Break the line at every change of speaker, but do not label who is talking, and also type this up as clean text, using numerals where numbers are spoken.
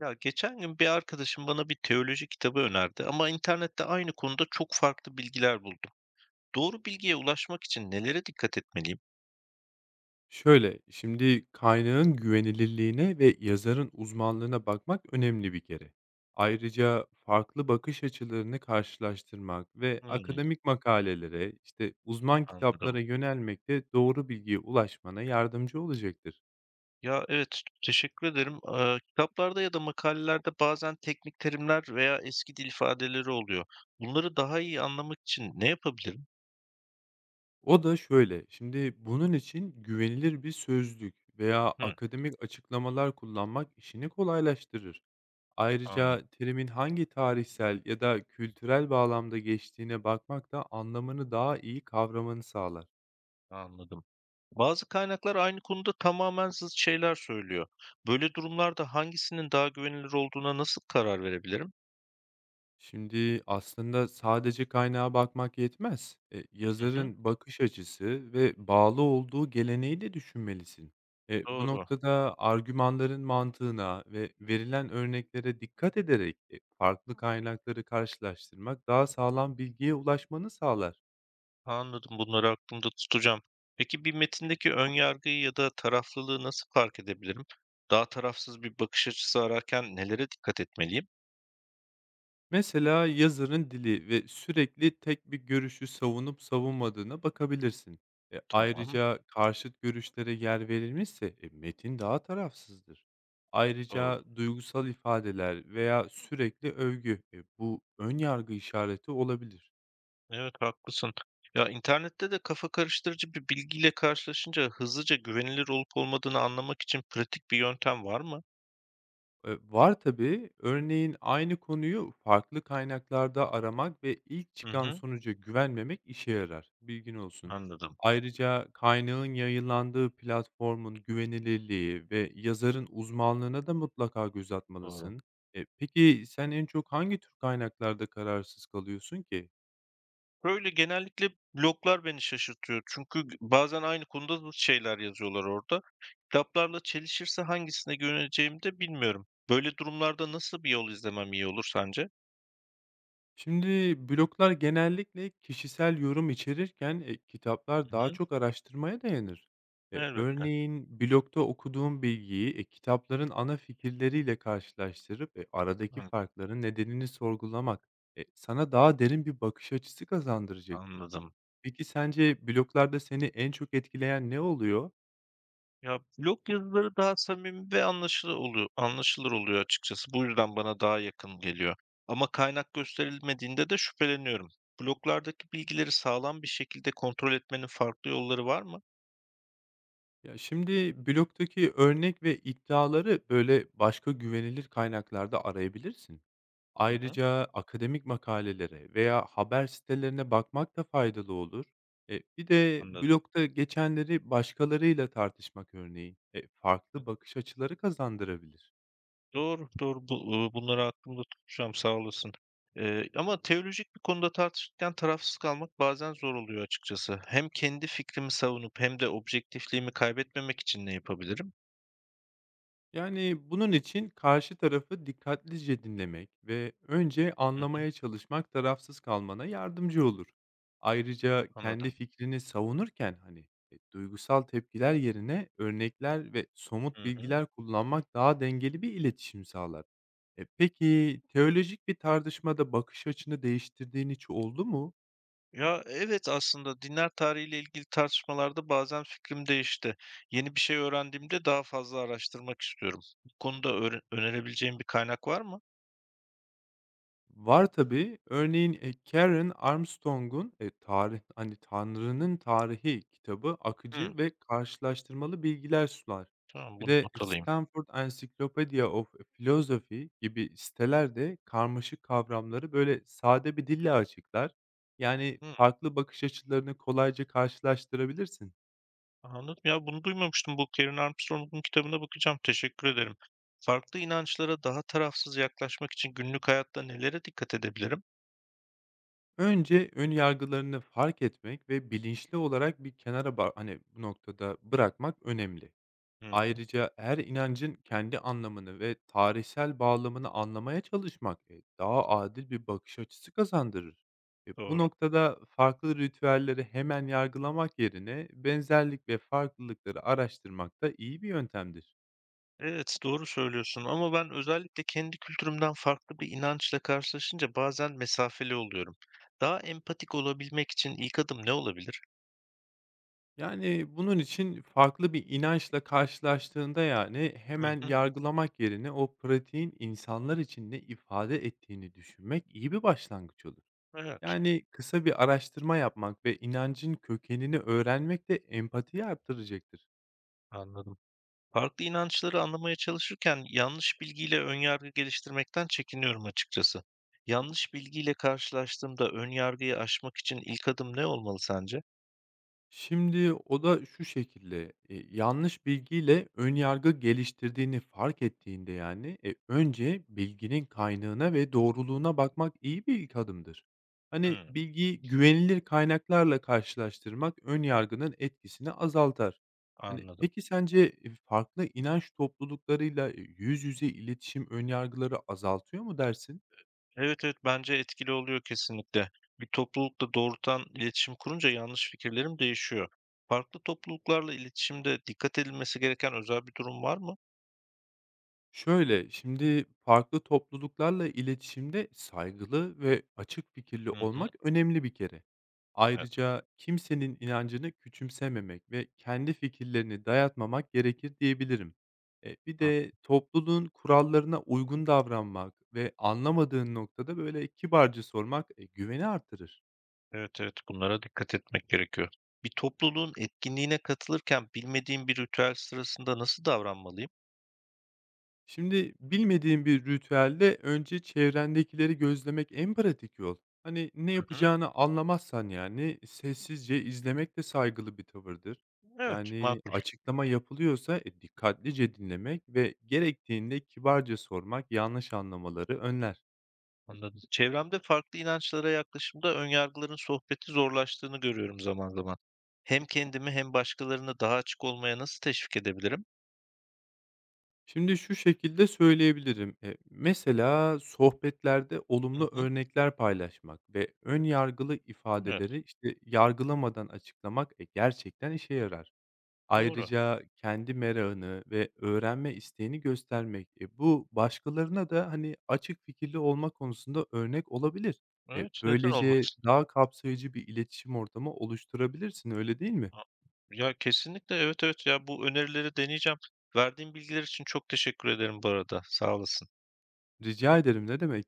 Ya geçen gün bir arkadaşım bana bir teoloji kitabı önerdi ama internette aynı konuda çok farklı bilgiler buldum. Doğru bilgiye ulaşmak için nelere dikkat etmeliyim?
Şöyle, şimdi kaynağın güvenilirliğine ve yazarın uzmanlığına bakmak önemli bir kere. Ayrıca farklı bakış açılarını karşılaştırmak ve
Hmm,
akademik makalelere, işte uzman
anladım.
kitaplara yönelmek de doğru bilgiye ulaşmana yardımcı olacaktır.
Ya evet, teşekkür ederim. Kitaplarda ya da makalelerde bazen teknik terimler veya eski dil ifadeleri oluyor. Bunları daha iyi anlamak için ne yapabilirim?
O da şöyle, şimdi bunun için güvenilir bir sözlük veya
Hı,
akademik açıklamalar kullanmak işini kolaylaştırır. Ayrıca
anladım,
terimin hangi tarihsel ya da kültürel bağlamda geçtiğine bakmak da anlamını daha iyi kavramanı sağlar.
anladım. Bazı kaynaklar aynı konuda tamamen zıt şeyler söylüyor. Böyle durumlarda hangisinin daha güvenilir olduğuna nasıl karar verebilirim?
Şimdi aslında sadece kaynağa bakmak yetmez.
Hı hı.
Yazarın bakış açısı ve bağlı olduğu geleneği de düşünmelisin. Bu
Doğru,
noktada argümanların mantığına ve verilen örneklere dikkat ederek farklı kaynakları karşılaştırmak daha sağlam bilgiye ulaşmanı sağlar.
anladım. Bunları aklımda tutacağım. Peki bir metindeki ön yargıyı ya da taraflılığı nasıl fark edebilirim? Daha tarafsız bir bakış açısı ararken nelere dikkat etmeliyim?
Mesela yazarın dili ve sürekli tek bir görüşü savunup savunmadığına bakabilirsin.
Tamam,
Ayrıca karşıt görüşlere yer verilmişse metin daha tarafsızdır.
doğru.
Ayrıca duygusal ifadeler veya sürekli övgü bu ön yargı işareti olabilir.
Evet, haklısın. Ya internette de kafa karıştırıcı bir bilgiyle karşılaşınca hızlıca güvenilir olup olmadığını anlamak için pratik bir yöntem var mı?
Var tabii. Örneğin aynı konuyu farklı kaynaklarda aramak ve ilk
Hı
çıkan
hı,
sonuca güvenmemek işe yarar. Bilgin olsun.
anladım.
Ayrıca kaynağın yayınlandığı platformun güvenilirliği ve yazarın uzmanlığına da mutlaka göz
Doğru.
atmalısın. Peki sen en çok hangi tür kaynaklarda kararsız kalıyorsun ki?
Böyle, genellikle bloglar beni şaşırtıyor. Çünkü bazen aynı konuda da şeyler yazıyorlar orada. Kitaplarla çelişirse hangisine güveneceğimi de bilmiyorum. Böyle durumlarda nasıl bir yol izlemem iyi olur sence?
Şimdi bloglar genellikle kişisel yorum içerirken kitaplar
Hı
daha
hı.
çok araştırmaya dayanır.
Elbette.
Örneğin blogda okuduğum bilgiyi kitapların ana fikirleriyle karşılaştırıp aradaki
Hıı,
farkların nedenini sorgulamak sana daha derin bir bakış açısı kazandıracaktır.
anladım.
Peki sence bloglarda seni en çok etkileyen ne oluyor?
Ya, blog yazıları daha samimi ve anlaşılır oluyor açıkçası. Bu yüzden bana daha yakın geliyor. Ama kaynak gösterilmediğinde de şüpheleniyorum. Bloglardaki bilgileri sağlam bir şekilde kontrol etmenin farklı yolları var mı?
Ya şimdi blogdaki örnek ve iddiaları böyle başka güvenilir kaynaklarda arayabilirsin.
Hı hı.
Ayrıca akademik makalelere veya haber sitelerine bakmak da faydalı olur. Bir de
Anladım.
blogda geçenleri başkalarıyla tartışmak örneği farklı bakış açıları kazandırabilir.
Doğru, doğru. Bunları aklımda tutacağım, sağ olasın. Ama teolojik bir konuda tartışırken tarafsız kalmak bazen zor oluyor açıkçası. Hem kendi fikrimi savunup hem de objektifliğimi kaybetmemek için ne yapabilirim?
Yani bunun için karşı tarafı dikkatlice dinlemek ve önce
Hı hı,
anlamaya çalışmak tarafsız kalmana yardımcı olur. Ayrıca kendi
anladım.
fikrini savunurken hani duygusal tepkiler yerine örnekler ve somut
Hı hı.
bilgiler kullanmak daha dengeli bir iletişim sağlar. Peki teolojik bir tartışmada bakış açını değiştirdiğin hiç oldu mu?
Ya, evet, aslında dinler tarihiyle ilgili tartışmalarda bazen fikrim değişti. Yeni bir şey öğrendiğimde daha fazla araştırmak istiyorum. Bu konuda önerebileceğin bir kaynak var mı?
Var tabii. Örneğin, Karen Armstrong'un, tarih hani, Tanrı'nın Tarihi kitabı
Hımm,
akıcı ve karşılaştırmalı bilgiler sunar.
tamam,
Bir
bunu
de
not alayım.
Stanford Encyclopedia of Philosophy gibi siteler karmaşık kavramları, böyle, sade bir dille açıklar. Yani
Hımm.
farklı bakış açılarını kolayca karşılaştırabilirsin.
Anladım. Ya bunu duymamıştım. Bu Karen Armstrong'un kitabına bakacağım. Teşekkür ederim. Farklı inançlara daha tarafsız yaklaşmak için günlük hayatta nelere dikkat edebilirim?
Önce ön yargılarını fark etmek ve bilinçli olarak bir kenara ba hani, bu noktada bırakmak önemli.
Hı hı,
Ayrıca her inancın kendi anlamını ve tarihsel bağlamını anlamaya çalışmak daha adil bir bakış açısı kazandırır. Bu
doğru.
noktada farklı ritüelleri hemen yargılamak yerine benzerlik ve farklılıkları araştırmak da iyi bir yöntemdir.
Evet, doğru söylüyorsun. Ama ben özellikle kendi kültürümden farklı bir inançla karşılaşınca bazen mesafeli oluyorum. Daha empatik olabilmek için ilk adım ne olabilir?
Yani bunun için farklı bir inançla karşılaştığında yani
Hı
hemen
hı,
yargılamak yerine o pratiğin insanlar için ne ifade ettiğini düşünmek iyi bir başlangıç olur.
evet,
Yani, kısa bir araştırma yapmak ve inancın kökenini öğrenmek de empatiyi arttıracaktır.
anladım. Farklı inançları anlamaya çalışırken yanlış bilgiyle ön yargı geliştirmekten çekiniyorum açıkçası. Yanlış bilgiyle karşılaştığımda ön yargıyı aşmak için ilk adım ne olmalı sence?
Şimdi o da şu şekilde, yanlış bilgiyle ön yargı geliştirdiğini fark ettiğinde, yani, önce bilginin kaynağına ve doğruluğuna bakmak iyi bir ilk adımdır. Hani,
Hmm,
bilgiyi güvenilir kaynaklarla karşılaştırmak ön yargının etkisini azaltar. Hani,
anladım.
peki sence, farklı inanç topluluklarıyla yüz yüze iletişim ön yargıları azaltıyor mu dersin?
Evet, evet, bence etkili oluyor kesinlikle. Bir toplulukla doğrudan iletişim kurunca yanlış fikirlerim değişiyor. Farklı topluluklarla iletişimde dikkat edilmesi gereken özel bir durum var mı?
Şöyle, şimdi farklı topluluklarla iletişimde saygılı ve açık fikirli
Hı hı,
olmak önemli bir kere.
evet.
Ayrıca kimsenin inancını küçümsememek ve kendi fikirlerini dayatmamak gerekir diyebilirim. Bir de topluluğun kurallarına uygun davranmak ve anlamadığın noktada böyle kibarca sormak güveni artırır.
Evet, evet, bunlara dikkat etmek gerekiyor. Bir topluluğun etkinliğine katılırken bilmediğim bir ritüel sırasında nasıl davranmalıyım?
Şimdi bilmediğin bir ritüelde önce çevrendekileri gözlemek en pratik yol. Hani ne
Hı hı.
yapacağını anlamazsan yani sessizce izlemek de saygılı bir tavırdır.
Evet,
Yani
makul.
açıklama yapılıyorsa dikkatlice dinlemek ve gerektiğinde kibarca sormak yanlış anlamaları önler.
Anladım. Çevremde farklı inançlara yaklaşımda önyargıların sohbeti zorlaştığını görüyorum zaman zaman. Hem kendimi hem başkalarını daha açık olmaya nasıl teşvik edebilirim?
Şimdi şu şekilde söyleyebilirim. Mesela sohbetlerde
Hı
olumlu
hı.
örnekler paylaşmak ve ön yargılı
Evet,
ifadeleri işte yargılamadan açıklamak gerçekten işe yarar.
doğru.
Ayrıca kendi merakını ve öğrenme isteğini göstermek, bu başkalarına da, hani, açık fikirli olma konusunda örnek olabilir.
Evet, neden
Böylece
olmasın?
daha kapsayıcı bir iletişim ortamı oluşturabilirsin, öyle değil mi?
Ha, ya kesinlikle, evet, evet, ya bu önerileri deneyeceğim. Verdiğin bilgiler için çok teşekkür ederim bu arada. Sağ olasın.
Rica ederim, ne demek.